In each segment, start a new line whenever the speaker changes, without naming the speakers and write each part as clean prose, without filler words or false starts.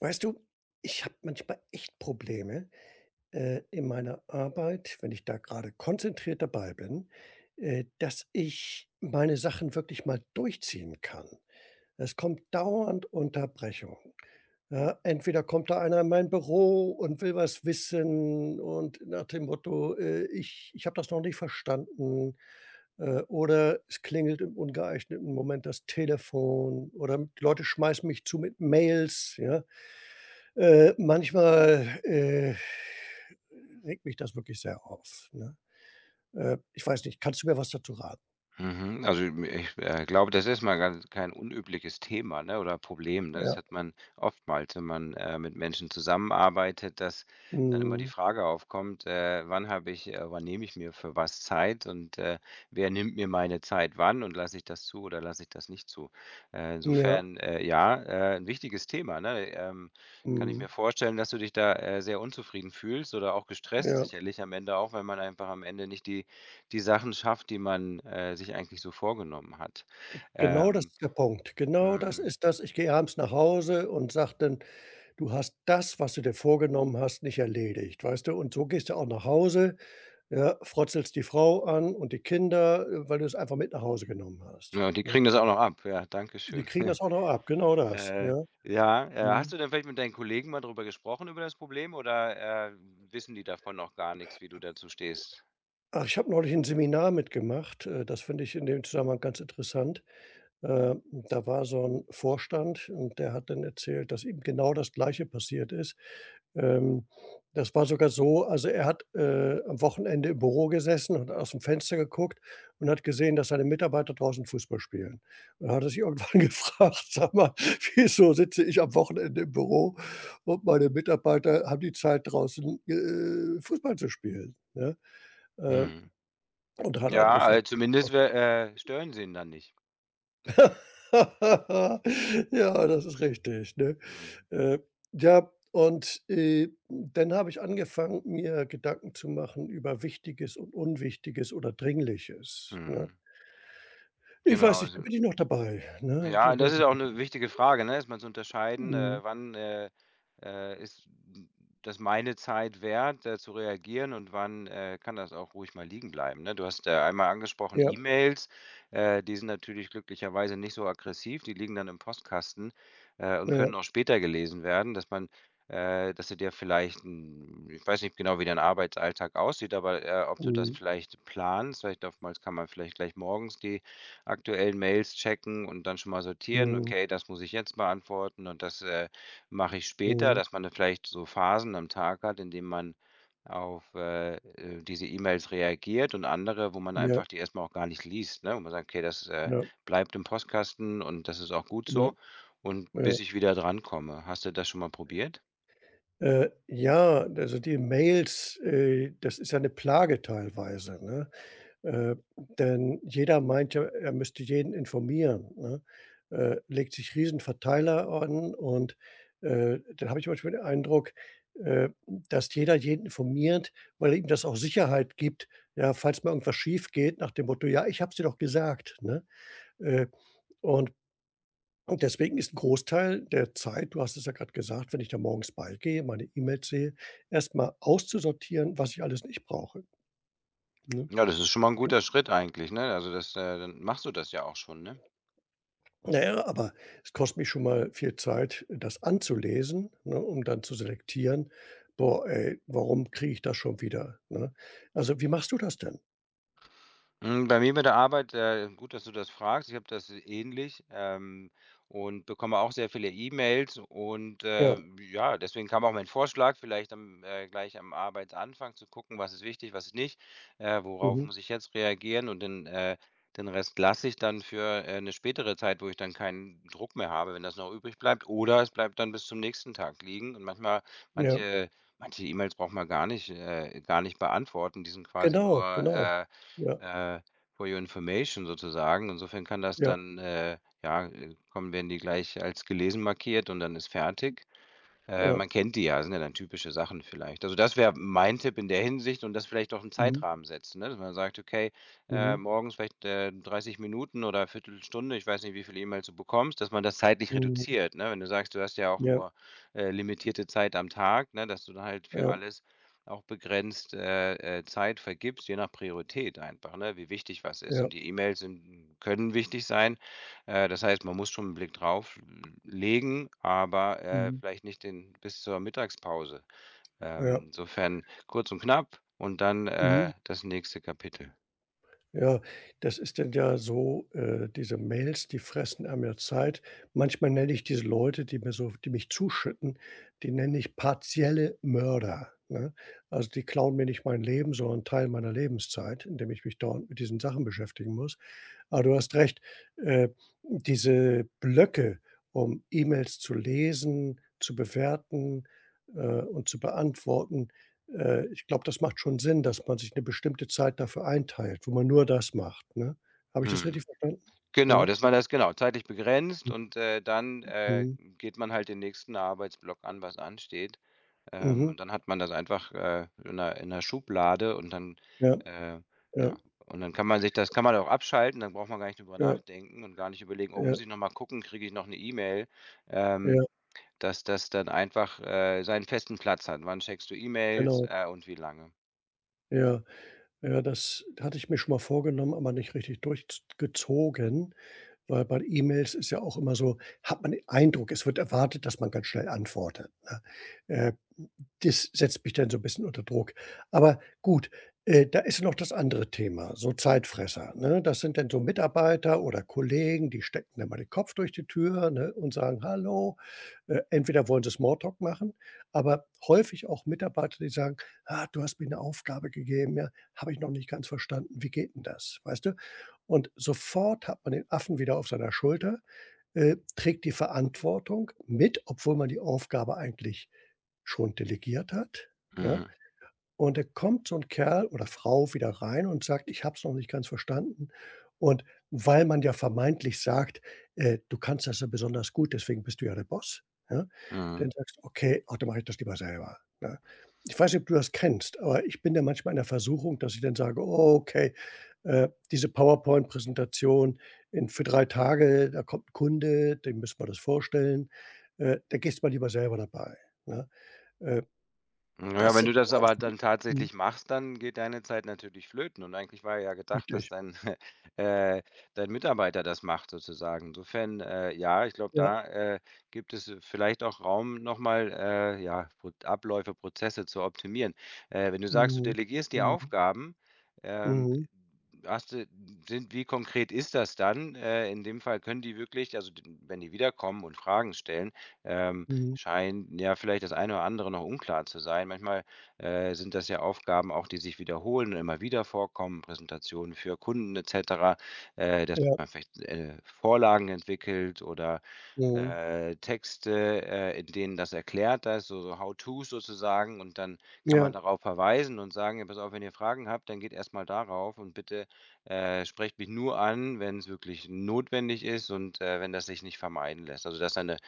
Weißt du, ich habe manchmal echt Probleme in meiner Arbeit, wenn ich da gerade konzentriert dabei bin, dass ich meine Sachen wirklich mal durchziehen kann. Es kommt dauernd Unterbrechung. Ja, entweder kommt da einer in mein Büro und will was wissen und nach dem Motto, ich habe das noch nicht verstanden. Oder es klingelt im ungeeigneten Moment das Telefon oder die Leute schmeißen mich zu mit Mails. Ja? Manchmal, regt mich das wirklich sehr auf, ne? Ich weiß nicht, kannst du mir was dazu raten?
Mhm. Also, ich, glaube, das ist mal ganz kein unübliches Thema, ne, oder Problem, ne? Das
Ja.
hat man oftmals, wenn man, mit Menschen zusammenarbeitet, dass dann immer
Mhm.
die Frage aufkommt, wann nehme ich mir für was Zeit und, wer nimmt mir meine Zeit wann und lasse ich das zu oder lasse ich das nicht zu? Äh,
Ja.
insofern, äh, ja, 'n wichtiges Thema, ne? Kann ich
Mhm.
mir vorstellen, dass du dich da, sehr unzufrieden fühlst oder auch gestresst
Ja.
sicherlich am Ende auch, weil man einfach am Ende nicht die Sachen schafft, die man, sich eigentlich so vorgenommen hat.
Genau das
Ähm,
ist der Punkt. Genau das
mhm.
ist das. Ich gehe abends nach Hause und sage dann: „Du hast das, was du dir vorgenommen hast, nicht erledigt", weißt du? Und so gehst du auch nach Hause, ja, frotzelst die Frau an und die Kinder, weil du es einfach mit nach Hause genommen hast,
Ja, und die
ne?
kriegen das auch noch ab. Ja, danke
Die
schön.
kriegen das auch noch ab, genau das,
Äh,
ja.
ja, hast
Mhm.
du denn vielleicht mit deinen Kollegen mal darüber gesprochen, über das Problem oder, wissen die davon noch gar nichts, wie du dazu stehst?
Ach, ich habe neulich 'n Seminar mitgemacht, das finde ich in dem Zusammenhang ganz interessant. Ähm, da war so 'n Vorstand und der hat dann erzählt, dass ihm genau das Gleiche passiert ist. Ähm, das war sogar so, also, er hat, am Wochenende im Büro gesessen und aus'm Fenster geguckt und hat gesehen, dass seine Mitarbeiter draußen Fußball spielen. Und da hat er sich irgendwann gefragt: „Sag mal, wieso sitze ich am Wochenende im Büro und meine Mitarbeiter haben die Zeit draußen, Fußball zu spielen", ne? Ähm
Mhm.
und hat
Ja,
angefangen.
zumindest wär stören sie ihn dann nicht.
Ja, das ist richtig, ne?
Mhm.
Äh, ja, und dann habe ich angefangen, mir Gedanken zu machen über Wichtiges und Unwichtiges oder Dringliches, ne?
Mhm.
Ich weiß
Genau,
nicht, da
also
bin ich noch dabei, ne? Da
Ja, und
bin
das ist
ich.
auch 'ne wichtige Frage, ne, erst mal zu unterscheiden,
Mhm,
wann ist n das meine Zeit wert, zu reagieren und wann, kann das auch ruhig mal liegen bleiben, ne? Du hast, einmal angesprochen
ja,
E-Mails, die sind natürlich glücklicherweise nicht so aggressiv, die liegen dann im Postkasten, und
ja,
können auch später gelesen werden, dass man dass du dir vielleicht 'n ich weiß nicht genau, wie dein Arbeitsalltag aussieht, aber, ob du das
mhm,
vielleicht planst, vielleicht oftmals kann man vielleicht gleich morgens die aktuellen Mails checken und dann schon mal sortieren:
mhm,
„Okay, das muss ich jetzt beantworten und das, mache ich später“,
mhm,
dass man da vielleicht so Phasen am Tag hat, in denen man auf, diese E-Mails reagiert und andere, wo man
ja,
einfach die erstmal auch gar nicht liest, ne? Wo man sagt: „Okay, das,
ja,
bleibt im Postkasten und das ist auch gut
ja,
so und
ja.
bis ich wieder drankomme.“ Hast du das schon mal probiert?
Ja, also die Mails, das ist ja eine Plage teilweise, ne? Äh, denn jeder meint ja, er müsste jeden informieren, ne? Legt sich Riesenverteiler an und, dann habe ich manchmal den Eindruck, äh, dass jeder jeden informiert, weil ihm das auch Sicherheit gibt, ja, falls mal irgendwas schief geht nach dem Motto: „Ja, ich habe es dir doch gesagt", ne? Äh, und und deswegen ist ein Großteil der Zeit, du hast es ja gerade gesagt, wenn ich da morgens beigehe, meine E-Mails sehe, erst mal auszusortieren, was ich alles nicht brauche, ne?
Ja, das ist schon mal ein guter Schritt eigentlich, ne? Also, dann machst du das ja auch schon, ne?
Na ja, aber es kostet mich schon mal viel Zeit, das anzulesen, ne, um dann zu selektieren: „Boah, ey, warum kriege ich das schon wieder", ne? Also, wie machst du das denn?
Hm, bei mir bei der Arbeit, gut, dass du das fragst. Ich habe das ähnlich, und bekomme auch sehr viele E-Mails und,
Ja,
ja, deswegen kam auch mein Vorschlag, vielleicht am gleich am Arbeitsanfang zu gucken, was ist wichtig, was ist nicht, worauf
mhm,
muss ich jetzt reagieren und den Rest lasse ich dann für, 'ne spätere Zeit, wo ich dann keinen Druck mehr habe, wenn das noch übrig bleibt, oder es bleibt dann bis zum nächsten Tag liegen und manchmal
ja,
manche manche E-Mails braucht man gar nicht beantworten. Die sind quasi
genau,
nur,
genau. Ja,
äh, for your information sozusagen. Insofern kann das
ja,
dann, ja, kommen werden die gleich als gelesen markiert und dann ist fertig.
ja.
Man kennt die ja, sind ja dann typische Sachen vielleicht. Also, das wäre mein Tipp in der Hinsicht und das vielleicht auch 'n
Mhm,
Zeitrahmen setzen, ne? Dass man sagt: „Okay,
mhm,
morgens vielleicht, 30 Minuten oder Viertelstunde“, ich weiß nicht, wie viele E-Mails du bekommst, dass man das zeitlich
mhm.
reduziert, ne? Wenn du sagst, du hast ja auch
Ja,
nur, limitierte Zeit am Tag, ne, dass du dann halt für
ja,
alles auch begrenzt, Zeit vergibst, je nach Priorität einfach, ne, wie wichtig was ist.
ja.
Und die E-Mails sind können wichtig sein, das heißt, man muss schon 'n Blick drauf legen, aber,
Mhm,
vielleicht nicht den bis zur Mittagspause.
ja,
Insofern kurz und knapp und dann,
mhm.
das nächste Kapitel.
Ja, das ist denn ja so, diese Mails, die fressen einem ja Zeit. Manchmal nenne ich diese Leute, die mir so die mich zuschütten, die nenne ich partielle Mörder, ne? Also, die klauen mir nicht mein Leben, sondern 'n Teil meiner Lebenszeit, indem ich mich dauernd mit diesen Sachen beschäftigen muss. Aber du hast recht, äh, diese Blöcke, um E-Mails zu lesen, zu bewerten, und zu beantworten, ich glaube, das macht schon Sinn, dass man sich eine bestimmte Zeit dafür einteilt, wo man nur das macht, ne? Habe ich das richtig
Mhm.
verstanden?
Genau,
Ja.
dass man das genau, zeitlich begrenzt und, dann
Mhm.
geht man halt den nächsten Arbeitsblock an, was ansteht.
Mhm.
Und dann hat man das einfach, in 'ner Schublade und dann,
Ja,
äh
ja,
ja, und dann kann man auch abschalten, dann braucht man gar nicht drüber
ja,
nachdenken und gar nicht überlegen: „Oh,
ja,
muss ich noch mal gucken, kriege ich noch eine E-Mail?“ Ähm,
ja,
dass das dann einfach, seinen festen Platz hat. Wann checkst du E-Mails,
genau.
und wie lange?
Ja, ja, das hatte ich mir schon mal vorgenommen, aber nicht richtig durchgezogen. Weil bei E-Mails ist ja auch immer so, hat man den Eindruck, es wird erwartet, dass man ganz schnell antwortet, ne? Äh, das setzt mich dann so 'n bisschen unter Druck. Aber gut, da ist ja noch das andere Thema, so Zeitfresser, ne? Das sind dann so Mitarbeiter oder Kollegen, die stecken dann mal den Kopf durch die Tür, ne, und sagen: „Hallo, entweder wollen sie Smalltalk machen, aber häufig auch Mitarbeiter, die sagen: „Ah, du hast mir eine Aufgabe gegeben, ja, habe ich noch nicht ganz verstanden. Wie geht denn das?", weißt du? Und sofort hat man den Affen wieder auf seiner Schulter, trägt die Verantwortung mit, obwohl man die Aufgabe eigentlich schon delegiert hat, ja?
Mhm,
Und da kommt so 'n Kerl oder Frau wieder rein und sagt: „Ich habe es noch nicht ganz verstanden." Und weil man ja vermeintlich sagt: „Du kannst das ja besonders gut, deswegen bist du ja der Boss", ja? Dann
mhm.
sagst du: „Okay, ach, dann mache ich das lieber selber", ne? Ich weiß nicht, ob du das kennst, aber ich bin da manchmal in der Versuchung, dass ich dann sage: „Oh, okay, diese PowerPoint-Präsentation in für 3 Tage, da kommt 'n Kunde, dem müssen wir das vorstellen, da gehst mal lieber selber dabei", ne? Äh,
Ja,
das
wenn
sind
du das
auch
aber
so.
dann
Mhm.
tatsächlich machst, dann geht deine Zeit natürlich flöten und eigentlich war ja gedacht, dass
Richtig.
dein, äh, dein Mitarbeiter das macht sozusagen. Insofern, ja, ich glaube,
Ja.
da gibt es vielleicht auch Raum, nochmal ja, Abläufe, Prozesse zu optimieren. Wenn du sagst, du
Mhm.
delegierst die
Mhm.
Aufgaben, ähm,
Mhm.
hast du, sind, wie konkret ist das dann? In dem Fall können die wirklich, wenn die wiederkommen und Fragen stellen, ähm,
Mhm.
scheint ja vielleicht das eine oder andere noch unklar zu sein. Manchmal, sind das ja Aufgaben auch, die sich wiederholen und immer wieder vorkommen, Präsentationen für Kunden et cetera, dass
Ja.
man vielleicht, Vorlagen entwickelt oder,
Mhm.
Texte, in denen das erklärt ist, so How-tos sozusagen und dann kann
Ja.
man darauf verweisen und sagen: „Ja, pass auf, wenn ihr Fragen habt, dann geht erst mal darauf und bitte, sprecht mich nur an, wenn es wirklich notwendig ist und, wenn das sich nicht vermeiden lässt.“ Also, dass da eine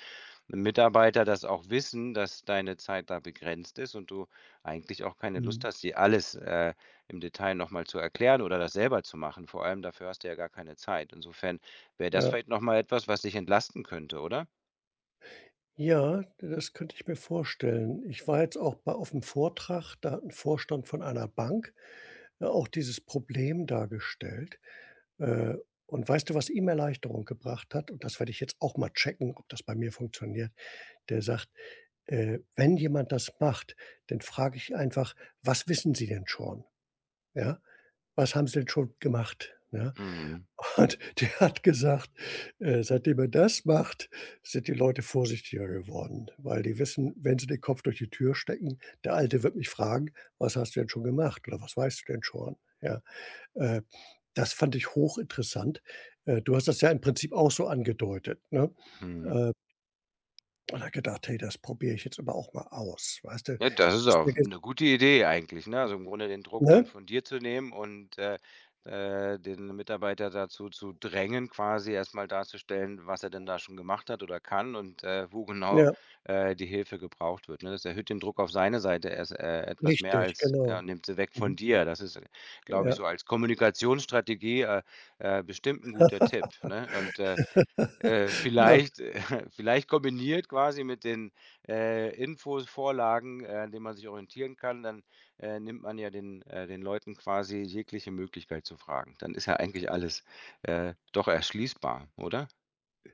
Mitarbeiter das auch wissen, dass deine Zeit da begrenzt ist und du eigentlich auch keine Lust
Mhm.
hast, dir alles, im Detail noch mal zu erklären oder das selber zu machen. Vor allem dafür hast du ja gar keine Zeit. Insofern wäre das
Ja.
vielleicht noch mal etwas, was dich entlasten könnte, oder?
Ja, das könnte ich mir vorstellen. Ich war jetzt auch bei auf auf'm Vortrag, da hat 'n Vorstand von einer Bank, ja, auch dieses Problem dargestellt. Äh, und weißt du, was ihm Erleichterung gebracht hat? Und das werde ich jetzt auch mal checken, ob das bei mir funktioniert. Der sagt: „Wenn jemand das macht, dann frage ich einfach: 'Was wissen Sie denn schon?' Ja? Was haben Sie denn schon gemacht?" Ja?
Mhm,
Und der hat gesagt, seitdem er das macht, sind die Leute vorsichtiger geworden, weil die wissen, wenn sie den Kopf durch die Tür stecken, der Alte wird mich fragen: „Was hast du denn schon gemacht oder was weißt du denn schon?" Ja, äh, das fand ich hochinteressant. Du hast das ja im Prinzip auch so angedeutet, ne?
mhm.
Äh, und habe gedacht: „Hey, das probiere ich jetzt aber auch mal aus", weißt du?
Ja, das ist
Du hast
auch
mir ges
eine gute Idee eigentlich, ne? Also, im Grunde den Druck dann
ne?
von dir zu nehmen und, den Mitarbeiter dazu zu drängen, quasi erstmal darzustellen, was er denn da schon gemacht hat oder kann und, wo genau,
Ja,
die Hilfe gebraucht wird, ne? Das erhöht den Druck auf seine Seite erst, etwas mehr
richtig,
als er
genau.
nimmt sie weg
Mhm,
von dir. Das ist, glaube ich,
ja.
so als Kommunikationsstrategie, bestimmt ein guter Tipp, ne? Und
Ja.
vielleicht vielleicht kombiniert quasi mit den, Infos, Vorlagen, an denen man sich orientieren kann, dann, nimmt man ja den Leuten quasi jegliche Möglichkeit zu fragen. Dann ist ja eigentlich alles, doch erschließbar, oder?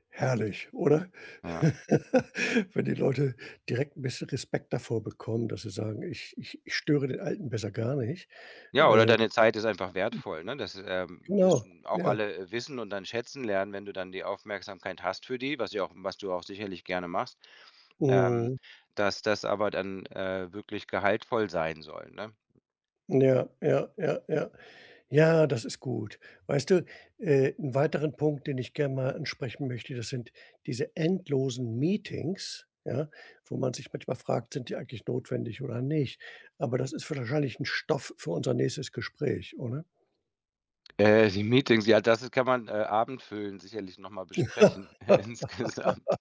Herrlich, oder?
Ja.
Wenn die Leute direkt ein bisschen Respekt davor bekommen, dass sie sagen: „Ich störe den Alten besser gar nicht."
Ja, oder
Äh,
deine Zeit ist einfach wertvoll, ne? Das,
genau,
müssen auch
ja.
alle, wissen und dann schätzen lernen, wenn du dann die Aufmerksamkeit hast für die, was du auch sicherlich gerne machst, ähm,
Mhm.
dass das aber dann, wirklich gehaltvoll sein soll, ne?
Ja, ja, ja, ja. Ja, das ist gut. Weißt du, 'n weiteren Punkt, den ich gerne mal ansprechen möchte, das sind diese endlosen Meetings, ja, wo man sich manchmal fragt: „Sind die eigentlich notwendig oder nicht?" Aber das ist wahrscheinlich ein Stoff für unser nächstes Gespräch, oder?
Die Meetings, ja, das kann man, abendfüllend sicherlich noch mal besprechen, insgesamt.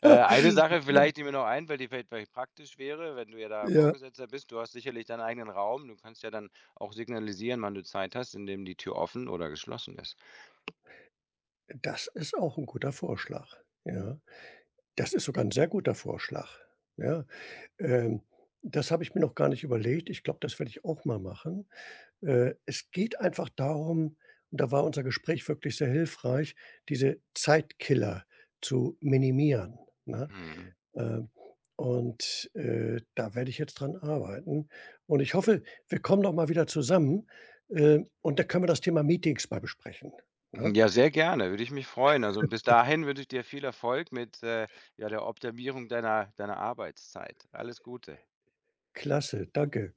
Eine Sache vielleicht, die mir noch einfällt, die vielleicht praktisch wäre, wenn du ja da
Ja.
Vorgesetzter bist, du hast sicherlich deinen eigenen Raum, du kannst ja dann auch signalisieren, wann du Zeit hast, indem die Tür offen oder geschlossen ist.
Das ist auch 'n guter Vorschlag, ja. Das ist sogar 'n sehr guter Vorschlag, ja. Ähm, das habe ich mir noch gar nicht überlegt. Ich glaube, das werde ich auch mal machen. Es geht einfach darum und da war unser Gespräch wirklich sehr hilfreich, diese Zeitkiller zu minimieren, ne?
Mhm.
Ähm, und da werde ich jetzt dran arbeiten und ich hoffe, wir kommen noch mal wieder zusammen, und da können wir das Thema Meetings mal besprechen, ne?
Ja, sehr gerne, würde ich mich freuen. Also, und bis dahin wünsche ich dir viel Erfolg mit, ja, der Optimierung deiner Arbeitszeit. Alles Gute.
Klasse, danke.